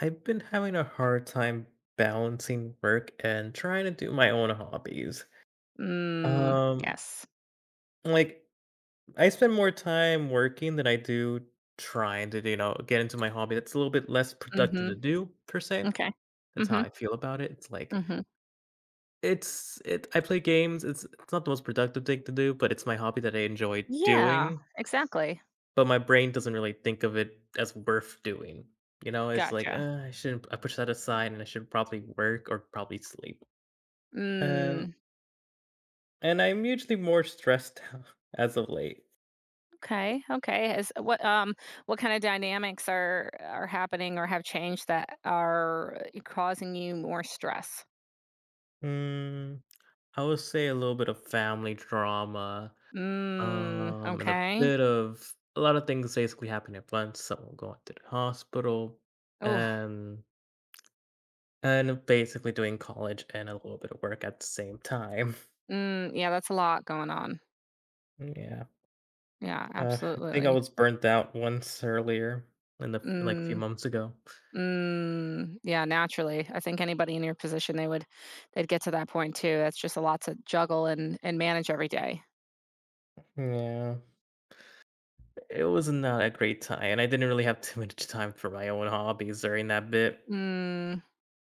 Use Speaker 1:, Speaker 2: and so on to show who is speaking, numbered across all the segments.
Speaker 1: I've been having a hard time balancing work and trying to do my own hobbies.
Speaker 2: Mm,
Speaker 1: Um,
Speaker 2: yes.
Speaker 1: like, I spend more time working than I do trying to, you know, get into my hobby. That's a little bit less productive to
Speaker 2: Mhm.
Speaker 1: do per se.
Speaker 2: Okay.
Speaker 1: That's how
Speaker 2: Mhm,
Speaker 1: I feel about it. It's like
Speaker 2: mhm.
Speaker 1: it's it. I play games. It's not the most productive thing to do, but it's my hobby that I enjoy
Speaker 2: Yeah,
Speaker 1: doing.
Speaker 2: exactly.
Speaker 1: But my brain doesn't really think of it as worth doing. You know, it's like
Speaker 2: Gotcha.
Speaker 1: I shouldn't. I push that aside, and I should probably work or probably sleep. And
Speaker 2: Mm,
Speaker 1: and I'm usually more stressed out as of late.
Speaker 2: okay, okay. Is what kinda dynamics are happening or have changed that are causing you more stress?
Speaker 1: Mm, I would say a little bit of family drama,
Speaker 2: Mm,
Speaker 1: and a
Speaker 2: okay.
Speaker 1: bit of a lot of things basically happening at once. Someone going to the hospital,
Speaker 2: Oh.
Speaker 1: and and basically doing college and a little bit of work at the same time.
Speaker 2: Mm, yeah, that's a lot going on.
Speaker 1: Yeah,
Speaker 2: Yeah,
Speaker 1: I think I
Speaker 2: absolutely.
Speaker 1: was burnt out once earlier in the like a few
Speaker 2: Mm.
Speaker 1: months ago.
Speaker 2: Mm, yeah, naturally. I think anybody in your position, they would they'd get to that point too. That's just a lot to juggle and manage every day.
Speaker 1: Yeah. It was not a great time, and I didn't really have too much time for my own hobbies during that bit.
Speaker 2: Mm,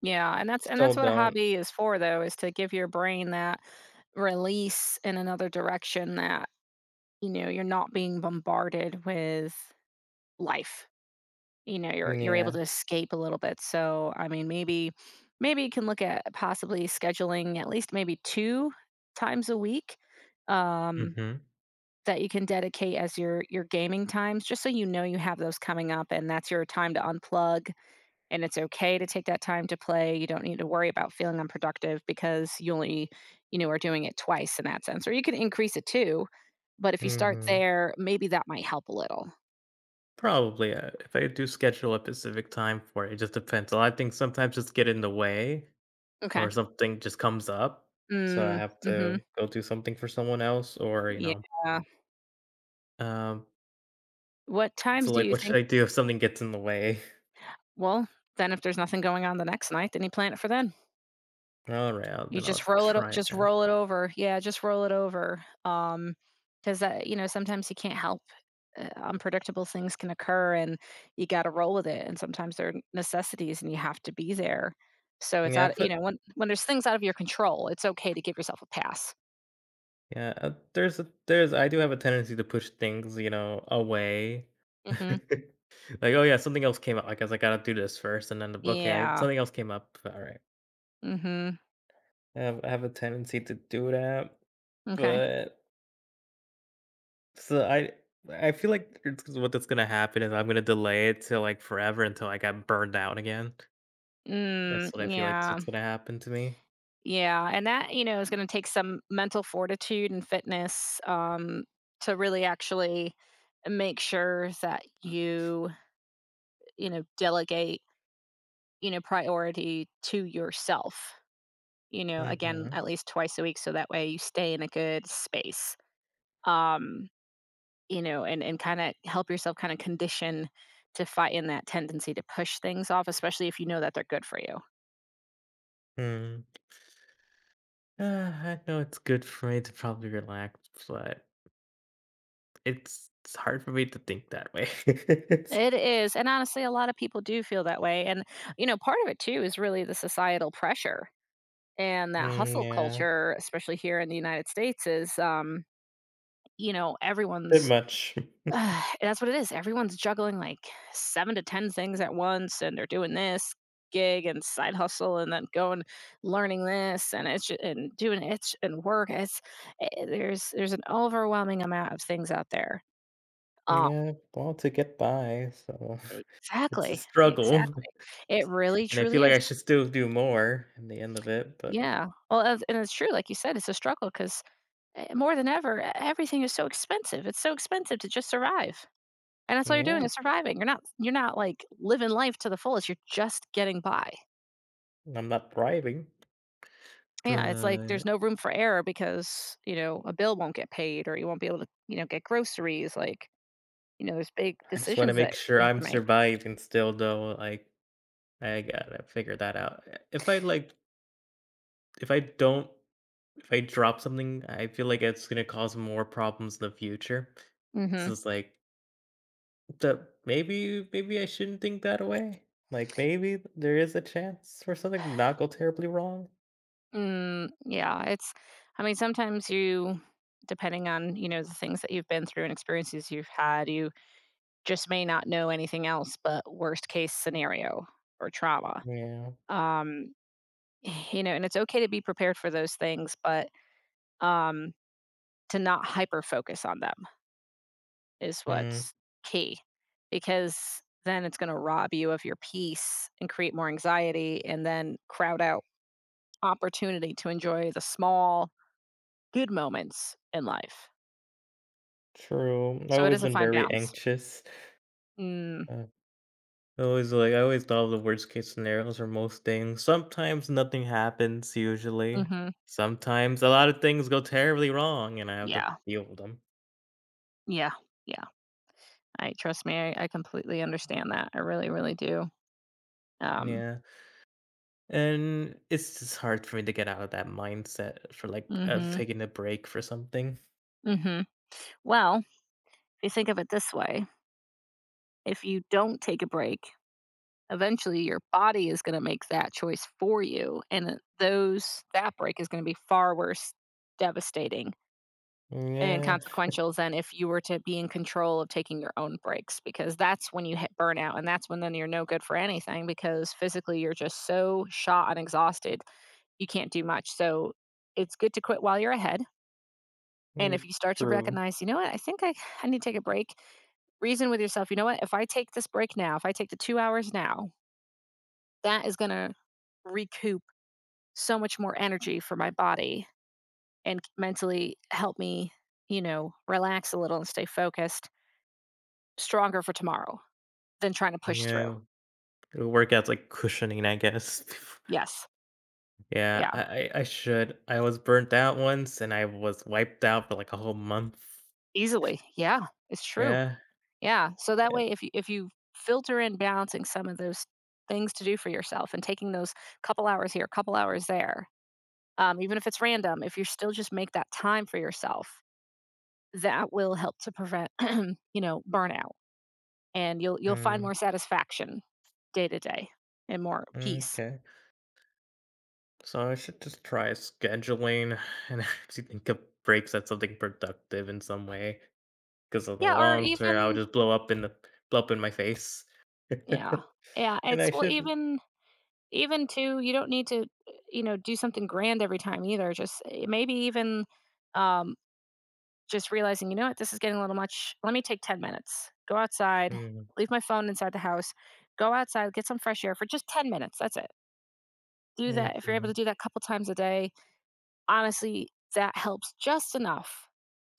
Speaker 2: yeah, and that's
Speaker 1: Still
Speaker 2: what a
Speaker 1: don't.
Speaker 2: hobby is for though, is to give your brain that release in another direction that, you know, you're not being bombarded with life. You know, you're able
Speaker 1: Yeah.
Speaker 2: to escape a little bit. So, I mean, maybe maybe you can look at possibly scheduling at least maybe two times a week, um,
Speaker 1: Mhm.
Speaker 2: that you can dedicate as your gaming times, just so you know you have those coming up, and that's your time to unplug, and it's okay to take that time to play. You don't need to worry about feeling unproductive because you only, you know, are doing it twice in that sense, or you can increase it too, but if you start
Speaker 1: Mhm.
Speaker 2: there, maybe that might help a little.
Speaker 1: Probably, if I do schedule a specific time for it, it just depends. A lot of things sometimes just get in the way
Speaker 2: Okay.
Speaker 1: or something just comes up, so I
Speaker 2: Mm,
Speaker 1: have
Speaker 2: mm-hmm.
Speaker 1: to go do something for someone else or, you know.
Speaker 2: Yeah.
Speaker 1: um,
Speaker 2: What times
Speaker 1: so,
Speaker 2: do
Speaker 1: like,
Speaker 2: you
Speaker 1: what should
Speaker 2: think?
Speaker 1: I do if something gets in the way?
Speaker 2: Well, then if there's nothing going on the next night, then you plan it for then.
Speaker 1: All right,
Speaker 2: You
Speaker 1: then
Speaker 2: just
Speaker 1: I'll
Speaker 2: roll it o
Speaker 1: try
Speaker 2: just
Speaker 1: that.
Speaker 2: roll it over. Yeah, just roll it over. Because that, you know, sometimes you can't help, unpredictable things can occur, and you gotta roll with it, and sometimes they're necessities, and you have to be there. So it's
Speaker 1: Yeah,
Speaker 2: out you
Speaker 1: but
Speaker 2: know, when there's things out of your control, it's okay to give yourself a pass.
Speaker 1: Yeah. there's a there's I do have a tendency to push things, you know, away.
Speaker 2: Mhm.
Speaker 1: Like, "Oh, yeah, something else came up. I guess I gotta do this first." And then, "Okay,
Speaker 2: Yeah.
Speaker 1: something else came up. All right."
Speaker 2: Mhm.
Speaker 1: I have a tendency to do that,
Speaker 2: Okay.
Speaker 1: but so I feel like it's what that's gonna happen is I'm gonna delay it to, like, forever until I got burned out again.
Speaker 2: Mm,
Speaker 1: That's what I feel like is
Speaker 2: yeah.
Speaker 1: what's gonna happen to me.
Speaker 2: Yeah, and that, you know, is gonna take some mental fortitude and fitness, to really actually make sure that you know, delegate, you know, priority to yourself, you know, again,
Speaker 1: Mhm,
Speaker 2: at least twice a week, so that way you stay in a good space. Um, you know, and kinda help yourself kinda condition to fight in that tendency to push things off, especially if you know that they're good for you.
Speaker 1: mm. I know it's good for me to probably relax, but it's hard for me to think that way. It's-
Speaker 2: It is, and honestly, a lot of people do feel that way, and, you know, part of it too is really the societal pressure and that
Speaker 1: Mm,
Speaker 2: hustle
Speaker 1: yeah,
Speaker 2: culture, especially here in the United States, is, you know,
Speaker 1: bit
Speaker 2: everyone's
Speaker 1: much.
Speaker 2: that's what it is. Everyone's juggling, like, 7 to 10 things at once, and they're doing this gig and side hustle and then going learning this, and it's ju and doing it's and work. It's there's an overwhelming amount of things out there. Um.
Speaker 1: Yeah, well, to get by, so it's a
Speaker 2: Exactly,
Speaker 1: struggle,
Speaker 2: exactly. It really,
Speaker 1: and I feel
Speaker 2: truly
Speaker 1: like
Speaker 2: is.
Speaker 1: I should still do more in the end of it, but
Speaker 2: Yeah. Well, and it's true, like you said, it's a struggle because more than ever, everything is so expensive. It's so expensive to just survive, and that's all you're doing
Speaker 1: yeah,
Speaker 2: is surviving. You're not like living life to the fullest. You're just getting by.
Speaker 1: I'm not thriving.
Speaker 2: Yeah, it's like there's
Speaker 1: But
Speaker 2: no room for error because you know a bill won't get paid, or you won't be able to, you know, get groceries. Like you know, there's big
Speaker 1: I just wanna
Speaker 2: decisions that
Speaker 1: make sure
Speaker 2: you have to
Speaker 1: I'm
Speaker 2: make.
Speaker 1: surviving still though, like, I gotta figure that out. if I, like if I don't if I drop something, I feel like it's gonna cause more problems in the future. So
Speaker 2: Hmm.
Speaker 1: it's like The maybe I shouldn't think that way. Like, maybe there is a chance for something to not go terribly wrong.
Speaker 2: Mm, yeah, it's. I mean, sometimes you, depending on you know the things that you've been through and experiences you've had, you just may not know anything else but worst case scenario or trauma.
Speaker 1: Yeah.
Speaker 2: Um, you know, and it's okay to be prepared for those things, but um, to not hyper focus on them is
Speaker 1: Mm,
Speaker 2: what's key, because then it's going to rob you of your peace and create more anxiety and then crowd out opportunity to enjoy the small good moments in life.
Speaker 1: true. I've
Speaker 2: So it
Speaker 1: always
Speaker 2: is a
Speaker 1: been
Speaker 2: fine
Speaker 1: very
Speaker 2: balance.
Speaker 1: anxious.
Speaker 2: Mm,
Speaker 1: Uh, I always thought of the worst case scenarios for most things. Sometimes nothing happens usually.
Speaker 2: hmm.
Speaker 1: Sometimes a lot of things go terribly wrong and I have to
Speaker 2: Yeah.
Speaker 1: deal with them.
Speaker 2: Yeah. Yeah. I Trust me, I completely understand that. I really, really do. Um,
Speaker 1: Yeah. And it's just hard for me to get out of that mindset for
Speaker 2: mhm,
Speaker 1: taking a break for something.
Speaker 2: mhm. Well, if you think of it this way, if you don't take a break, eventually your body is going to make that choice for you, and those that break is going to be far worse, devastating, and
Speaker 1: Yeah.
Speaker 2: consequential than if you were to be in control of taking your own breaks, because that's when you hit burnout, and that's when then you're no good for anything because physically you're just so shot and exhausted, you can't do much. So it's good to quit while you're ahead. And if
Speaker 1: Mm,
Speaker 2: you start to
Speaker 1: true.
Speaker 2: recognize, you know what, I need to take a break, reason with yourself, you know what, if I take this break now, if I take the 2 hours now, that is going to recoup so much more energy for my body and mentally help me, you know, relax a little and stay focused, stronger for tomorrow than trying to push through.
Speaker 1: Yeah, it'll work as, like, cushioning, I guess.
Speaker 2: Yes.
Speaker 1: Yeah,
Speaker 2: Yeah.
Speaker 1: I should. I was burnt out once, and I was wiped out for, like, a whole month.
Speaker 2: Easily. Yeah. It's true.
Speaker 1: Yeah,
Speaker 2: Yeah. So that
Speaker 1: eh
Speaker 2: way, if you filter in balancing some of those things to do for yourself and taking those couple hours here, couple hours there, even if it's random, if you still just make that time for yourself, that will help to prevent, you know, burnout, and you'll find
Speaker 1: mm,
Speaker 2: more satisfaction day to day and more peace.
Speaker 1: m'kay. So I should just try scheduling and actually think of breaks as something productive in some way, because in the
Speaker 2: Yeah, or
Speaker 1: long term, I'll
Speaker 2: even
Speaker 1: just blow up in my face.
Speaker 2: yeah, yeah.
Speaker 1: And
Speaker 2: It's
Speaker 1: I
Speaker 2: well,
Speaker 1: should
Speaker 2: even even too, you don't need to, you know, do something grand every time either. Just maybe even um, just realizing, you know what, this is getting a little much. Let me take 10 minutes. Go outside.
Speaker 1: Mm,
Speaker 2: Leave my phone inside the house. Go outside. Get some fresh air for just 10 minutes. That's it. Do that if you're able to
Speaker 1: mhm,
Speaker 2: do that a couple times a day, honestly, that helps just enough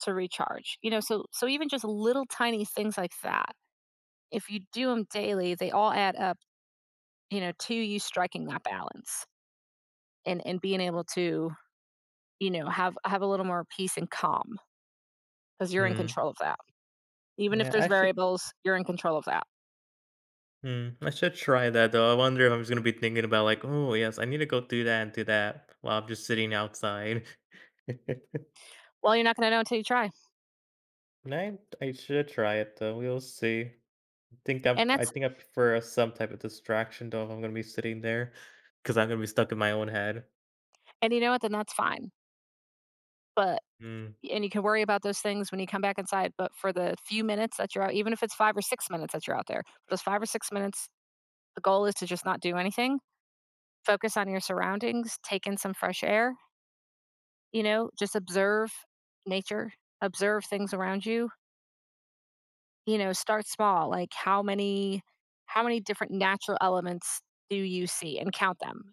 Speaker 2: to recharge, you know, so so even just little tiny things like that, if you do them daily, they all add up, you know, to you striking that balance and being able to, you know, have a little more peace and calm because you're in
Speaker 1: mm.
Speaker 2: control of that, even if
Speaker 1: Yeah,
Speaker 2: there's variables, you're in control of that.
Speaker 1: I should try that though. I wonder if I'm just gonna be thinking about, like, "Oh, yes, I need to go do that and do that," while I'm just sitting outside.
Speaker 2: Well, you're not going to know until you try.
Speaker 1: And I should try it though, we'll see.
Speaker 2: and
Speaker 1: I
Speaker 2: that's
Speaker 1: think I prefer some type of distraction though if I'm gonna be sitting there because I 'cause I'm gonna be stuck in my own head.
Speaker 2: and you know what, then that's fine, but
Speaker 1: Mm,
Speaker 2: and you can worry about those things when you come back inside. But for the few minutes that you're out, even if it's 5 or 6 minutes that you're out there, those 5 or 6 minutes, the goal is to just not do anything, focus on your surroundings, take in some fresh air, you know, just observe nature, observe things around you, you know, start small. How many different natural elements do you see, and count them?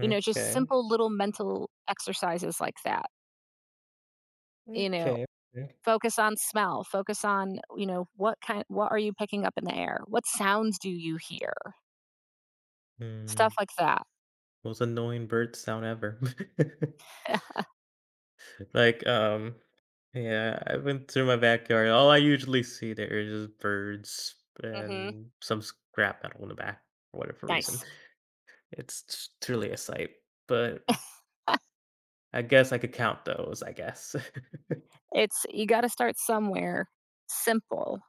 Speaker 2: You know, just simple little mental exercises like that, you know,
Speaker 1: Okay, okay.
Speaker 2: focus on smell, focus on, you know, what kind, what are you picking up in the air, what sounds do you hear,
Speaker 1: Mm,
Speaker 2: stuff like that.
Speaker 1: most annoying bird sound ever. Like, yeah, I went through my backyard. All I usually see there is just birds
Speaker 2: Hmm.
Speaker 1: and some scrap metal in the back for whatever reason.
Speaker 2: Nice.
Speaker 1: It's truly a sight, but I guess I could count those, I guess.
Speaker 2: It's you got to start somewhere simple,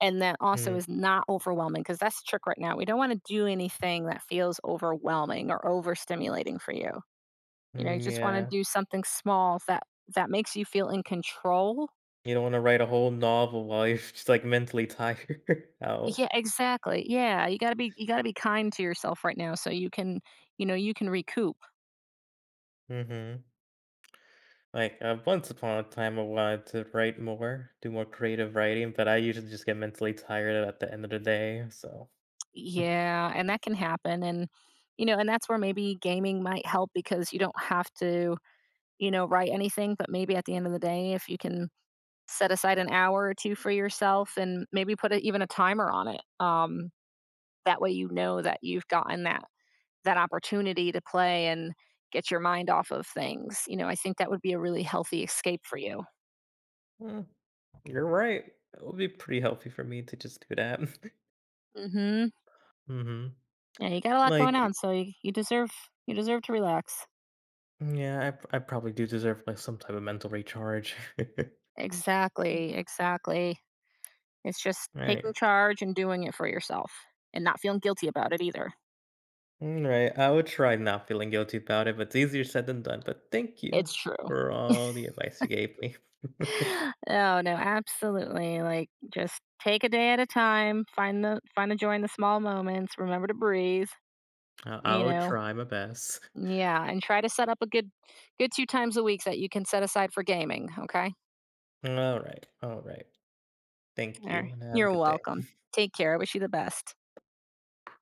Speaker 2: and that also
Speaker 1: Mm,
Speaker 2: is not overwhelming because that's the trick right now. We don't want to do anything that feels overwhelming or overstimulating for you. You know, you
Speaker 1: mm,
Speaker 2: just want to
Speaker 1: yeah.
Speaker 2: do something small that that makes you feel in control.
Speaker 1: You don't want to write a whole novel while you're just, like, mentally tired out.
Speaker 2: Yeah, exactly, yeah, you got to be, you got to be kind to yourself right now so you can, you know, you can recoup.
Speaker 1: Mm-hmm. Like, once upon a time, I wanted to write more, do more creative writing, but I usually just get mentally tired at the end of the day, so.
Speaker 2: Yeah, and that can happen, and you know, and that's where maybe gaming might help because you don't have to, you know, write anything, but maybe at the end of the day if you can set aside an hour or 2 for yourself and maybe put a, even a timer on it. Um, that way you know that you've gotten that that opportunity to play and get your mind off of things. You know, I think that would be a really healthy escape for you.
Speaker 1: Mm, you're right. It would be pretty healthy for me to just do that.
Speaker 2: Mhm.
Speaker 1: Mhm.
Speaker 2: Yeah, you got a lot going on,
Speaker 1: Like,
Speaker 2: so you, you deserve to relax.
Speaker 1: yeah, I probably do deserve, like, some type of mental recharge.
Speaker 2: Exactly, exactly. It's just taking
Speaker 1: Anyway.
Speaker 2: charge and doing it for yourself and not feeling guilty about it either.
Speaker 1: Alright, I would try not feeling guilty about it, but it's easier said than done, but thank you
Speaker 2: It's true.
Speaker 1: for all the advice you gave me.
Speaker 2: Oh, no, absolutely, like, just take a day at a time, find the joy in the small moments, remember to breathe,
Speaker 1: I
Speaker 2: you
Speaker 1: will
Speaker 2: know?
Speaker 1: try my best.
Speaker 2: Yeah, and try to set up a good good 2 times a week that you can set aside for gaming, okay?
Speaker 1: Alright, alright. Thank you,
Speaker 2: Alri
Speaker 1: and have a
Speaker 2: You're
Speaker 1: good day.
Speaker 2: welcome. Take care, I wish you the best.